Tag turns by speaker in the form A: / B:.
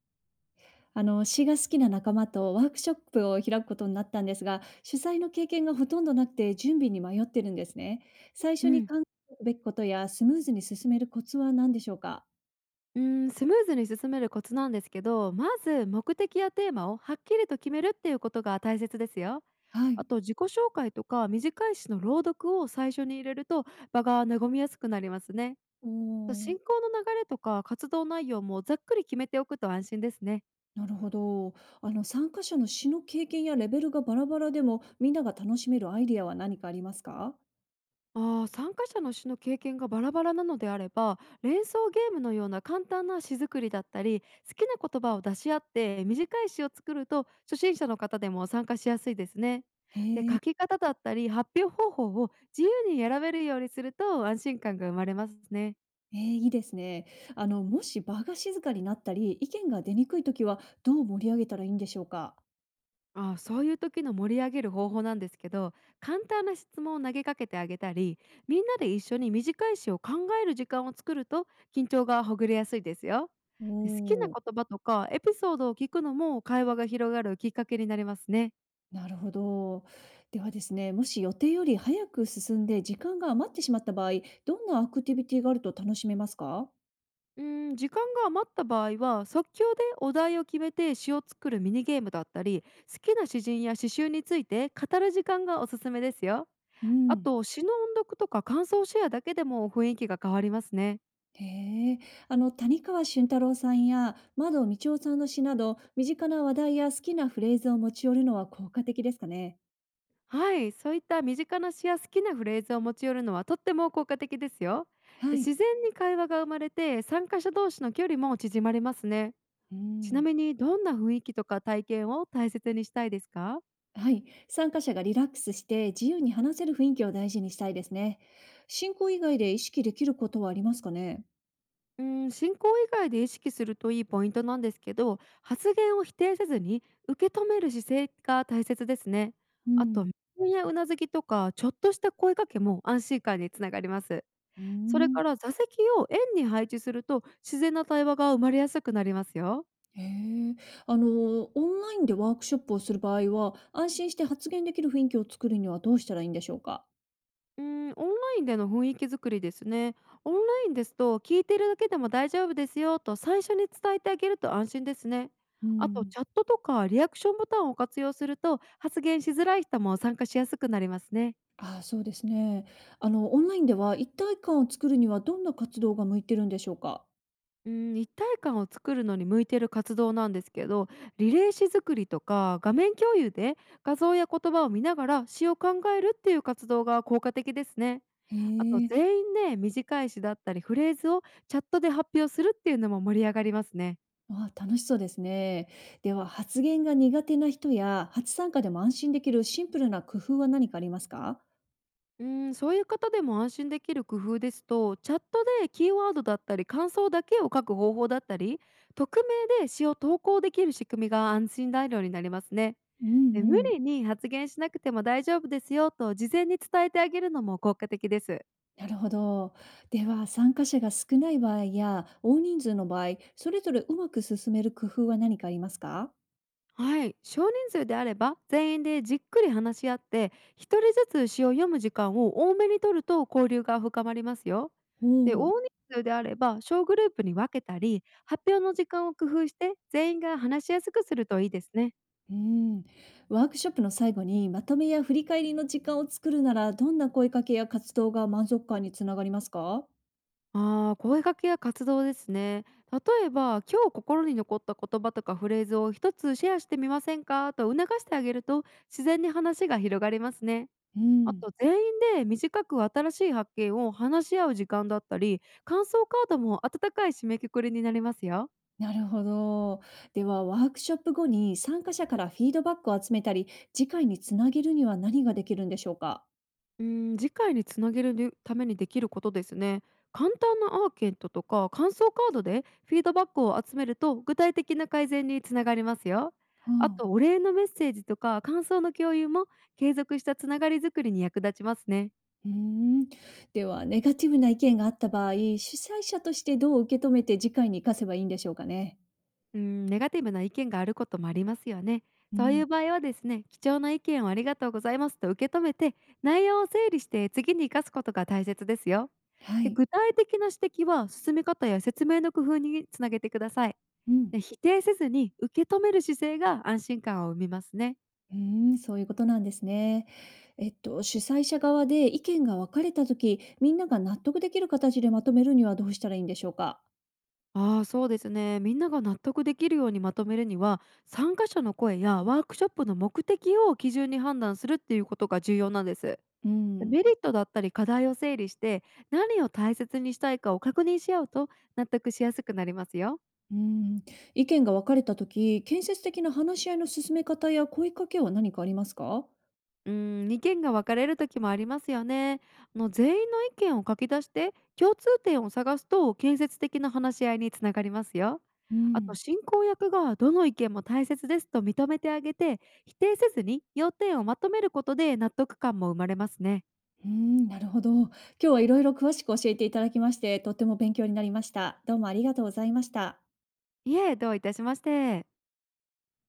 A: 詩が好きな仲間とワークショップを開くことになったんですが、主催の経験がほとんどなくて準備に迷ってるんですね。最
B: う
A: 初に
B: ん、
A: 考えるべきことやスムーズに進めるコツは何でしょうか？
B: うスムーズに進めるコツなんですけど、まず目的やテーマをはっきりと決めるっていうことが大切ですよ。
A: はい。
B: あと自己紹介とか短い詩の朗読を最初に入れると場が和みやすくなりますね。
A: お
B: と
A: ー、
B: 進行の流れとか活動内容もざっくり決めておくと安心ですね。
A: なるほど。参加者の詩の経験やレベルがバラバラでも、みんなが楽しめるアイディアは何かありますか？
B: ああ、参加者の詩の経験がバラバラなのであれば、連想ゲームのような簡単な詩作りだったり、好きな言葉を出し合って短い詩を作ると初心者の方でも参加しやすいですね。
A: へ
B: で、
A: え、
B: 書き方だったり発表方法を自由に選べるようにすると安心感が生まれますね。
A: えーいいですね。もし場が静かになったり、意見が出にくいときは、どう盛り上げたらいいんでしょうか？
B: ああ、そういう時の盛り上げる方法なんですけど、簡単な質問を投げかけてあげたり、みんなで一緒に短い詩を考える時間を作ると緊張がほぐれやすいですよ。
A: お、
B: で、好きな
A: おー。
B: 言葉とかエピソードを聞くのも会話が広がるきっかけになりますね。
A: なるほど。ではですね、もし予定より早く進んで時間が余ってしまった場合、どんなアクティビティがあると楽しめますか？
B: うん、時間が余った場合は即興でお題を決めて詩を作るミニゲームだったり、好きな詩人や詩集について語る時間がおすすめですよ。
A: う
B: あ
A: ん。
B: と詩の音読とか感想シェアだけでも雰囲気が変わりますね。
A: へえ。谷川俊太郎さんや窓道夫さんの詩など、身近な話題や好きなフレーズを持ち寄るのは効果的ですかね。
B: はい、そういった身近な詩や好きなフレーズを持ち寄るのはとっても効果的ですよ。
A: は
B: で、
A: い。
B: 自然に会話が生まれて参加者同士の距離も縮まりますね。
A: う
B: ちな
A: ん。
B: みに、どんな雰囲気とか体験を大切にしたいですか？
A: はい。参加者がリラックスして自由に話せる雰囲気を大事にしたいですね。進行以外で意識できることはありますかね？
B: うん、進行以外で意識するといいポイントなんですけど、発言を否定せずに受け止める姿勢が大切ですね。
A: う
B: あと
A: ん。
B: 目線やうなずきとかちょっとした声かけも安心感につながります。
A: う
B: それ
A: ん、
B: から座席を円に配置すると自然な対話が生まれやすくなりますよ。
A: へえ。あの、オンラインでワークショップをする場合は、安心して発言できる雰囲気を作るにはどうしたらいいんでしょうか？
B: うん、オンラインでの雰囲気作りですね。オンラインですと、聞いているだけでも大丈夫ですよと最初に伝えてあげると安心ですね。
A: う
B: あと
A: ん、
B: チャットとかリアクションボタンを活用すると発言しづらい人も参加しやすくなりますね。
A: ああ、そうですね。オンラインでは一体感を作るにはどんな活動が向いてるんでしょうか？
B: うん、一体感を作るのに向いている活動なんですけど、リレー詞作りとか画面共有で画像や言葉を見ながら詩を考えるっていう活動が効果的ですね。
A: へ
B: あと
A: え。
B: 全員で短い詩だったりフレーズをチャットで発表するっていうのも盛り上がりますね。
A: ああ、楽しそうですね。では、発言が苦手な人や初参加でも安心できるシンプルな工夫は何かありますか？
B: うん、そういう方でも安心できる工夫ですと、チャットでキーワードだったり感想だけを書く方法だったり、匿名で詩を投稿できる仕組みが安心材料になりますね。
A: うん、
B: で、無
A: うん、
B: 理に発言しなくても大丈夫ですよと事前に伝えてあげるのも効果的です。
A: なるほど。では、参加者が少ない場合や大人数の場合、それぞれうまく進める工夫は何かありますか？
B: はい、少人数であれば全員でじっくり話し合って一人ずつ詩を読む時間を多めに取ると交流が深まりますよ。
A: お、
B: で、
A: お、
B: 大人数であれば小グループに分けたり発表の時間を工夫して全員が話しやすくするといいですね。
A: うん。ワークショップの最後にまとめや振り返りの時間を作るなら、どんな声かけや活動が満足感につながりますか？
B: ああ、声掛けや活動ですね。例えば、今日心に残った言葉とかフレーズを一つシェアしてみませんかと促してあげると、自然に話が広がりますね。
A: う
B: あ
A: ん。
B: と、全員で短く新しい発見を話し合う時間だったり、感想カードも温かい締めくくりになりますよ。
A: なるほど。では、ワークショップ後に参加者からフィードバックを集めたり、次回につなげるには何ができるんでしょうか？
B: うん、次回につなげるにためにできることですね。簡単なアーケントとか感想カードでフィードバックを集めると具体的な改善につながりますよ。
A: う
B: あ
A: ん。
B: とお礼のメッセージとか感想の共有も継続したつながりづくりに役立ちますね。
A: うーん。では、ネガティブな意見があった場合、主催者としてどう受け止めて次回に活かせばいいんでしょうかね？
B: うん、ネガティブな意見があることもありますよね。
A: う
B: そうい
A: ん。
B: う場合はですね、貴重な意見をありがとうございますと受け止めて、内容を整理して次に生かすことが大切ですよ。
A: は
B: で、
A: い。
B: 具体的な指摘は進め方や説明の工夫につなげてください。
A: うん。
B: で、否定せずに受け止める姿勢が安心感を生みますね。
A: うーん、そういうことなんですね。主催者側で意見が分かれた時、みんなが納得できる形でまとめるにはどうしたらいいんでしょうか？
B: ああ、そうですね、みんなが納得できるようにまとめるには、参加者の声やワークショップの目的を基準に判断するっていうことが重要なんです。
A: うん。
B: メリットだったり課題を整理して、何を大切にしたいかを確認し合うと納得しやすくなりますよ。
A: うん。意見が分かれた時、建設的な話し合いの進め方や声かけは何かありますか？
B: うん、意見が分かれる時もありますよね。あの、全員の意見を書き出して共通点を探すと建設的な話し合いにつながりますよ。
A: う
B: あと
A: ん。
B: 進行役がどの意見も大切ですと認めてあげて、否定せずに要点をまとめることで納得感も生まれますね。
A: うーん、なるほど。今日はいろいろ詳しく教えていただきまして、とっても勉強になりました。どうもありがとうございました。
B: いえ、どういたしまして。